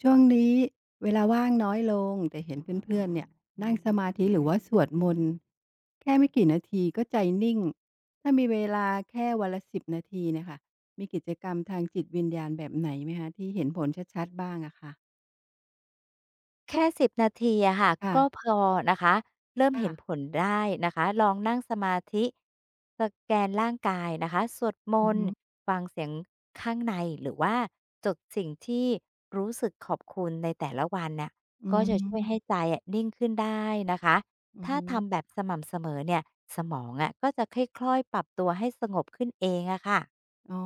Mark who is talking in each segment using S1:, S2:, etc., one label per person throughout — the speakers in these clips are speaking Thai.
S1: ช่วงนี้เวลาว่างน้อยลงแต่เห็นเพื่อนๆเนี่ยนั่งสมาธิหรือว่าสวดมนต์แค่ไม่กี่นาทีก็ใจนิ่งถ้ามีเวลาแค่วันละสิบนาทีเนยคะมีกิจกรรมทางจิตวิญญาณแบบไหนไหมคะที่เห็นผลชัดๆบ้างอะค่ะ
S2: แค่10นาทีอะค่ะ
S1: ค่ะ
S2: ก็พอนะคะเริ่ม
S1: ค่ะ
S2: เห็นผลได้นะคะลองนั่งสมาธิสแกนร่างกายนะคะสวดม
S1: อือ
S2: น
S1: ฮึ
S2: ต์ฟังเสียงข้างในหรือว่าจดสิ่งที่รู้สึกขอบคุณในแต่ละวันน่ะ
S1: อื
S2: ก็จะช่วยให้
S1: ม
S2: ใจอะนิ่งขึ้นได้นะคะ
S1: อือ
S2: ถ้า
S1: ฮึ
S2: ทำแบบสม่ำเสมอเนี่ยสมองอะก็จะค่อยๆปรับตัวให้สงบขึ้นเองอะค่ะ
S1: อ๋อ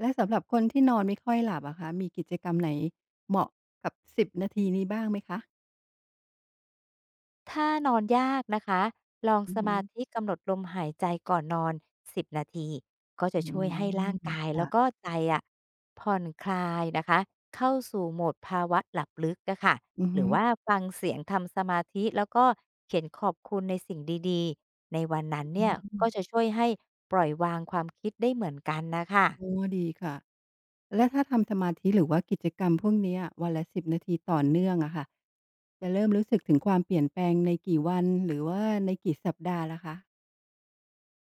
S1: และสำหรับคนที่นอนไม่ค่อยหลับอะคะมีกิจกรรมไหนเหมาะกับสิบนาทีนี้บ้างไหมคะ
S2: ถ้านอนยากนะคะ ลอง
S1: อื
S2: ส
S1: อฮึ
S2: มาธิกำหนดลมหายใจก่อนนอน10นาทีก็จะ
S1: อื
S2: ช่วยให้ร่าง
S1: ม
S2: กายแล้วก็
S1: ค่ะ
S2: ใจอะผ่อนคลายนะคะเข้าสู่โหมดภาวะหลับลึกอะค่ะ
S1: อือ
S2: หรื
S1: ฮึ
S2: อว่าฟังเสียงทำสมาธิแล้วก็เขียนขอบคุณในสิ่งดีๆในวันนั้นเนี่ยก็จะ
S1: ม
S2: ช่วยให้ปล่อยวางความคิดได้เหมือนกันนะคะ
S1: โอ๋ดีค่ะและถ้าทำสมาธิหรือว่ากิจกรรมพวกเนี้ยวันละสิบนาทีต่อเนื่องอะค่ะจะเริ่มรู้สึกถึงความเปลี่ยนแปลงในกี่วันหรือว่าในกี่สัปดาห์ล่ะคะ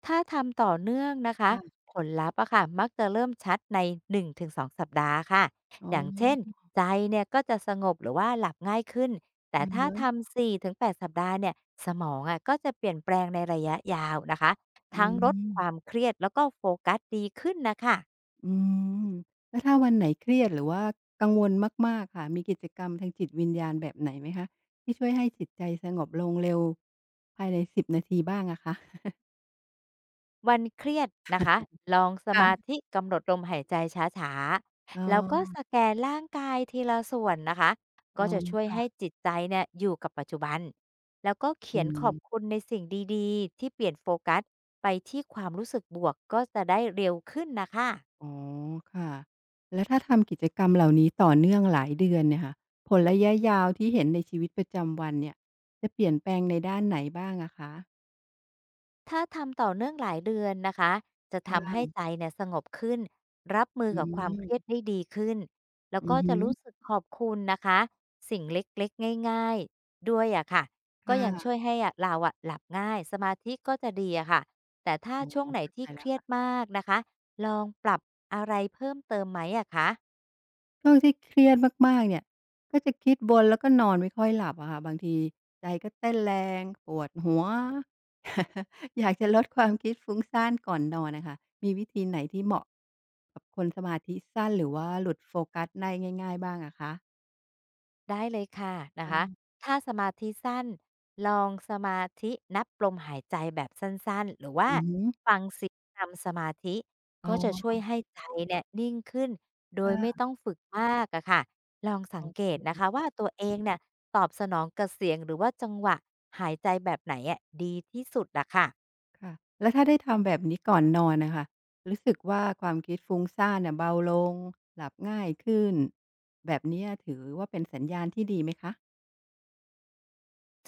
S2: ถ้าทำต่อเนื่องนะคะ
S1: ค่ะ
S2: ผลลัพธ์อะค่ะมักจะเริ่มชัดใน1-2สองสัปดาห์ค่ะ
S1: อ๋
S2: อย่างเช่น
S1: อ
S2: ใจเนี่ยก็จะสงบหรือว่าหลับง่ายขึ้นแต่
S1: อะ
S2: ถ้า
S1: ฮะ
S2: ทำ4-8สัปดาห์เนี่ยสมองอะก็จะเปลี่ยนแปลงในระยะยาวนะคะ
S1: อื
S2: ทั้งลด
S1: ม
S2: ความเครียดแล้วก็โฟกัสดีขึ้นนะคะ
S1: อืมแล้วถ้าวันไหนเครียดหรือว่ากังวลมากๆค่ะมีกิจกรรมทางจิตวิญญาณแบบไหนไหมคะที่ช่วยให้จิตใจสงบลงเร็วภายในสิบนาทีบ้างอะคะ
S2: วันเครียดนะคะลองสมา
S1: ค่ะ
S2: ธิกำหนดลมหายใจช้า
S1: อ๋
S2: ๆแล้วก็
S1: อ
S2: สแกนร่างกายทีละส่วนนะคะ
S1: อ๋
S2: ก็
S1: อ
S2: จะช่วยให้
S1: ค่ะ
S2: จิตใจเนี่ยอยู่กับปัจจุบันแล้วก็เขี
S1: อื
S2: ยนขอบคุ
S1: ม
S2: ณในสิ่งดีๆที่เปลี่ยนโฟกัสไปที่ความรู้สึกบวกก็จะได้เร็วขึ้นนะคะ
S1: อ๋อค่ะแล้วถ้าทำกิจกรรมเหล่านี้ต่อเนื่องหลายเดือนเนี่ยค่ะผลระยะยาวที่เห็นในชีวิตประจำวันเนี่ยจะเปลี่ยนแปลงในด้านไหนบ้างอะคะ
S2: ถ้าทำต่อเนื่องหลายเดือนนะคะ จะทำให้
S1: ค่ะ
S2: ใจเนี่ยสงบขึ้นรับมือ
S1: อื
S2: กับความเครียด
S1: ม
S2: ได้ดีขึ้นแล้ว
S1: อื
S2: ก็
S1: อ
S2: จะ
S1: ฮึ
S2: รู้สึกขอบคุณนะคะสิ่งเล็กๆง่ายๆด้วยอะค่ะก็
S1: ค่ะ
S2: ยังช่วยให้อะเราอะหลับง่ายสมาธิก็จะดีอะค่ะแต่ถ้า
S1: อ๋อ
S2: ช่วงไหน
S1: เข้าใจ
S2: ที่เค
S1: แล้ว
S2: รียดมากนะคะลองปรับอะไรเพิ่มเติมไหมอะคะ
S1: ช่วงที่เครียดมากๆเนี่ยก็จะคิดวนแล้วก็นอนไม่ค่อยหลับอะค่ะบางทีใจก็เต้นแรงปวดหัว อยากจะลดความคิดฟุ้งซ่านก่อนนอนนะคะมีวิธีไหนที่เหมาะกับคนสมาธิสั้นหรือว่าหลุดโฟกัสได้ง่ายๆบ้างอะคะ
S2: ได้เลยค่ะนะคะ
S1: ค่ะ
S2: ถ้าสมาธิสั้นลองสมาธินับลมหายใจแบบสั้นๆหรือว่า
S1: อือฮึอ
S2: ฟังเสียงนำสมาธิ
S1: อ๋
S2: ก็จะช่ว
S1: อ
S2: ยให้ใจเนี่ยนิ่งขึ้นโดยไม่
S1: ค่ะ
S2: ต้องฝึกมากอะค่ะลองสั
S1: อ๋
S2: ง
S1: อ
S2: เกตนะคะว่าตัวเองเนี่ยตอบสนองกับเสียงหรือว่าจังหวะหายใจแบบไหนอะดีที่สุดอะค่ะ
S1: ค่ะแล้วถ้าได้ทำแบบนี้ก่อนนอนนะคะรู้สึกว่าความคิดฟุ้งซ่านเน่ยเบาลงหลับง่ายขึ้นแบบเนี้ยถือว่าเป็นสัญญาณที่ดีไหมคะ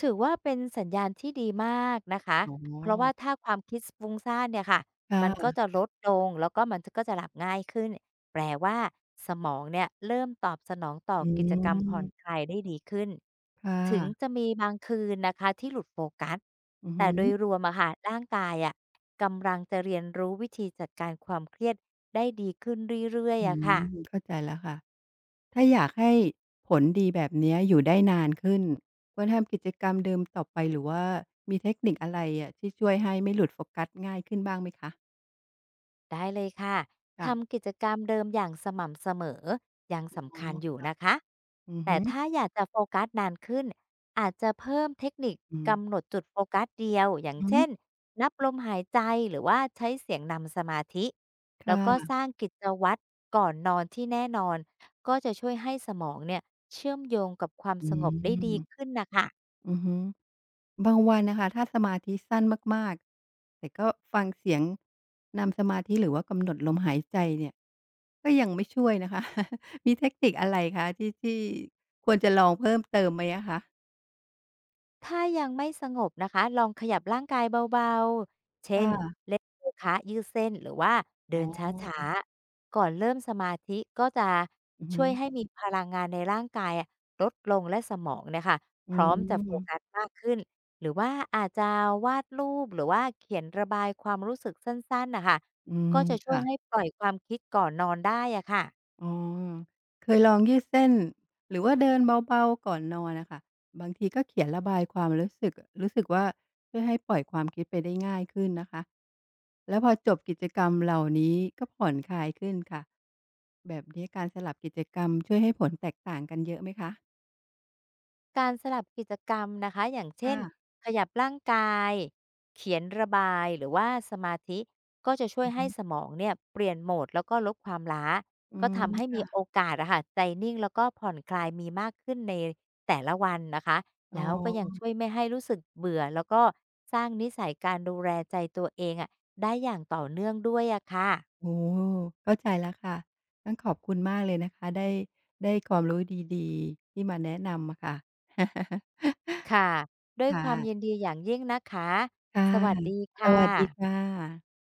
S2: ถือว่าเป็นสัญญาณที่ดีมากนะคะ
S1: อ๋อ
S2: เพราะว่าถ้าความคิดฟุ้งซ่านเนี่ยค่ะมันก็
S1: ค่ะ
S2: จะลดลงแล้วก็มันก็จะหลับง่ายขึ้นแปลว่าสมองเนี่ยเริ่มตอบสนองต่อ
S1: อื
S2: กิจกรร
S1: ม
S2: มผ่อนคลายได้ดีขึ้น
S1: ค่ะ
S2: ถึงจะมีบางคืนนะคะที่หลุดโฟกัส
S1: อือ
S2: แต่
S1: ฮึ
S2: โดยรวมอะค่ะร่างกายอะกำลังจะเรียนรู้วิธีจัดการความเครียดได้ดีขึ้นเรื่อยๆ
S1: อื
S2: อะค่ะ
S1: มเข้าใจแล้วค่ะ ถ้าอยากให้ผลดีแบบเนี้ยอยู่ได้นานขึ้น ควรทำกิจกรรมเดิมต่อไปหรือว่ามีเทคนิคอะไรอะที่ช่วยให้ไม่หลุดโฟกัสง่ายขึ้นบ้างไหมคะ
S2: ได้เลยค่ะ
S1: ค่ะ
S2: ทำกิจกรรมเดิมอย่างสม่ำเสมอยัง
S1: อ๋
S2: สำคัญอยู่
S1: อ
S2: นะคะ
S1: อือ
S2: แต่
S1: ฮึ
S2: ถ้าอยากจะโฟกัสนานขึ้นอาจจะเพิ่มเทคนิค
S1: อื
S2: กำหนดจุดโฟกัสเดียวอย่าง
S1: อฮึ
S2: เช่นนับลมหายใจหรือว่าใช้เสียงนำสมาธิแล้วก็
S1: ค่ะ
S2: สร้างกิจวัตรก่อนนอนที่แน่นอนก็จะช่วยให้สมองเนี่ยเชื่อมโยงกับความ
S1: อื
S2: สงบได้ดี
S1: ม
S2: ขึ้นนะคะ
S1: อือฮึบางวันน่ะค่ะถ้าสมาธิสั้นมากๆแต่ก็ฟังเสียงนำสมาธิหรือว่ากำหนดลมหายใจเนี่ย ก็ยังไม่ช่วยนะคะ มีเทคนิคอะไรคะที่ควรจะลองเพิ่มเติมไหมอะคะ
S2: ถ้ายังไม่สงบนะคะลองขยับร่างกายเบาๆ เช่น
S1: ค่ะ
S2: เล่นโยคะยืดเส้นหรือว่า
S1: อ๋
S2: เดินช้า
S1: อ
S2: ๆก่อนเริ่มสมาธิก็จะ
S1: อือ
S2: ช่
S1: ฮึ
S2: ว
S1: อ
S2: ยให้มีพลังงานในร่างกายอะลดลงและสมองเนี่ยค่ะ
S1: อื
S2: พร้อมจะโฟกั
S1: ม
S2: สมากขึ้นหรือว่าอาจจะวาดรูปหรือว่าเขียนระบายความรู้สึกสั้นๆนะคะ
S1: อืม
S2: ก็จะช่วยให้
S1: ค่ะ
S2: ปล่อยความคิดก่อนนอนได้อะค่ะ
S1: อ๋อเคยลองยืดเส้นหรือว่าเดินเบาๆ ก่อนนอนนะคะ บางทีก็เขียนระบายความรู้สึกรู้สึกว่าช่วยให้ปล่อยความคิดไปได้ง่ายขึ้นนะคะแล้วพอจบกิจกรรมเหล่านี้ก็ผ่อนคลายขึ้นค่ะแบบนี้การสลับกิจกรรมช่วยให้ผลแตกต่างกันเยอะไหมคะ
S2: การสลับกิจกรรมนะคะอย่างเช่
S1: ค่ะ
S2: นขยับร่างกายเขียนระบายหรือว่าสมาธิก็จะช่วย
S1: อื
S2: ให้
S1: ม
S2: สมองเนี่ยเปลี่ยนโหมดแล้วก็ลดความล้า
S1: อื
S2: ก็
S1: ม
S2: ทำให้มีโอ
S1: ค่ะ
S2: กาสอะค่ะใจนิ่งแล้วก็ผ่อนคลายมีมากขึ้นในแต่ละวันนะคะ
S1: อ๋
S2: แล้วก็ยังช่ว
S1: อ
S2: ยไม่ให้รู้สึกเบื่อแล้วก็สร้างนิสัยการดูแลใจตัวเองอะได้อย่างต่อเนื่องด้วยอะค่ะ
S1: โอ้โฮเข้าใจแล้วค่ะต้องขอบคุณมากเลยนะคะได้ความรู้ดีๆ ที่มาแนะนำอะค่ะ
S2: ค่ะด้ว ยค
S1: ค่ะ
S2: วามยินดีอย่างยิ่งนะคะ
S1: ค่ะ
S2: สวัสดี
S1: ส
S2: ค่
S1: วัสดี
S2: ะ
S1: ค่ะ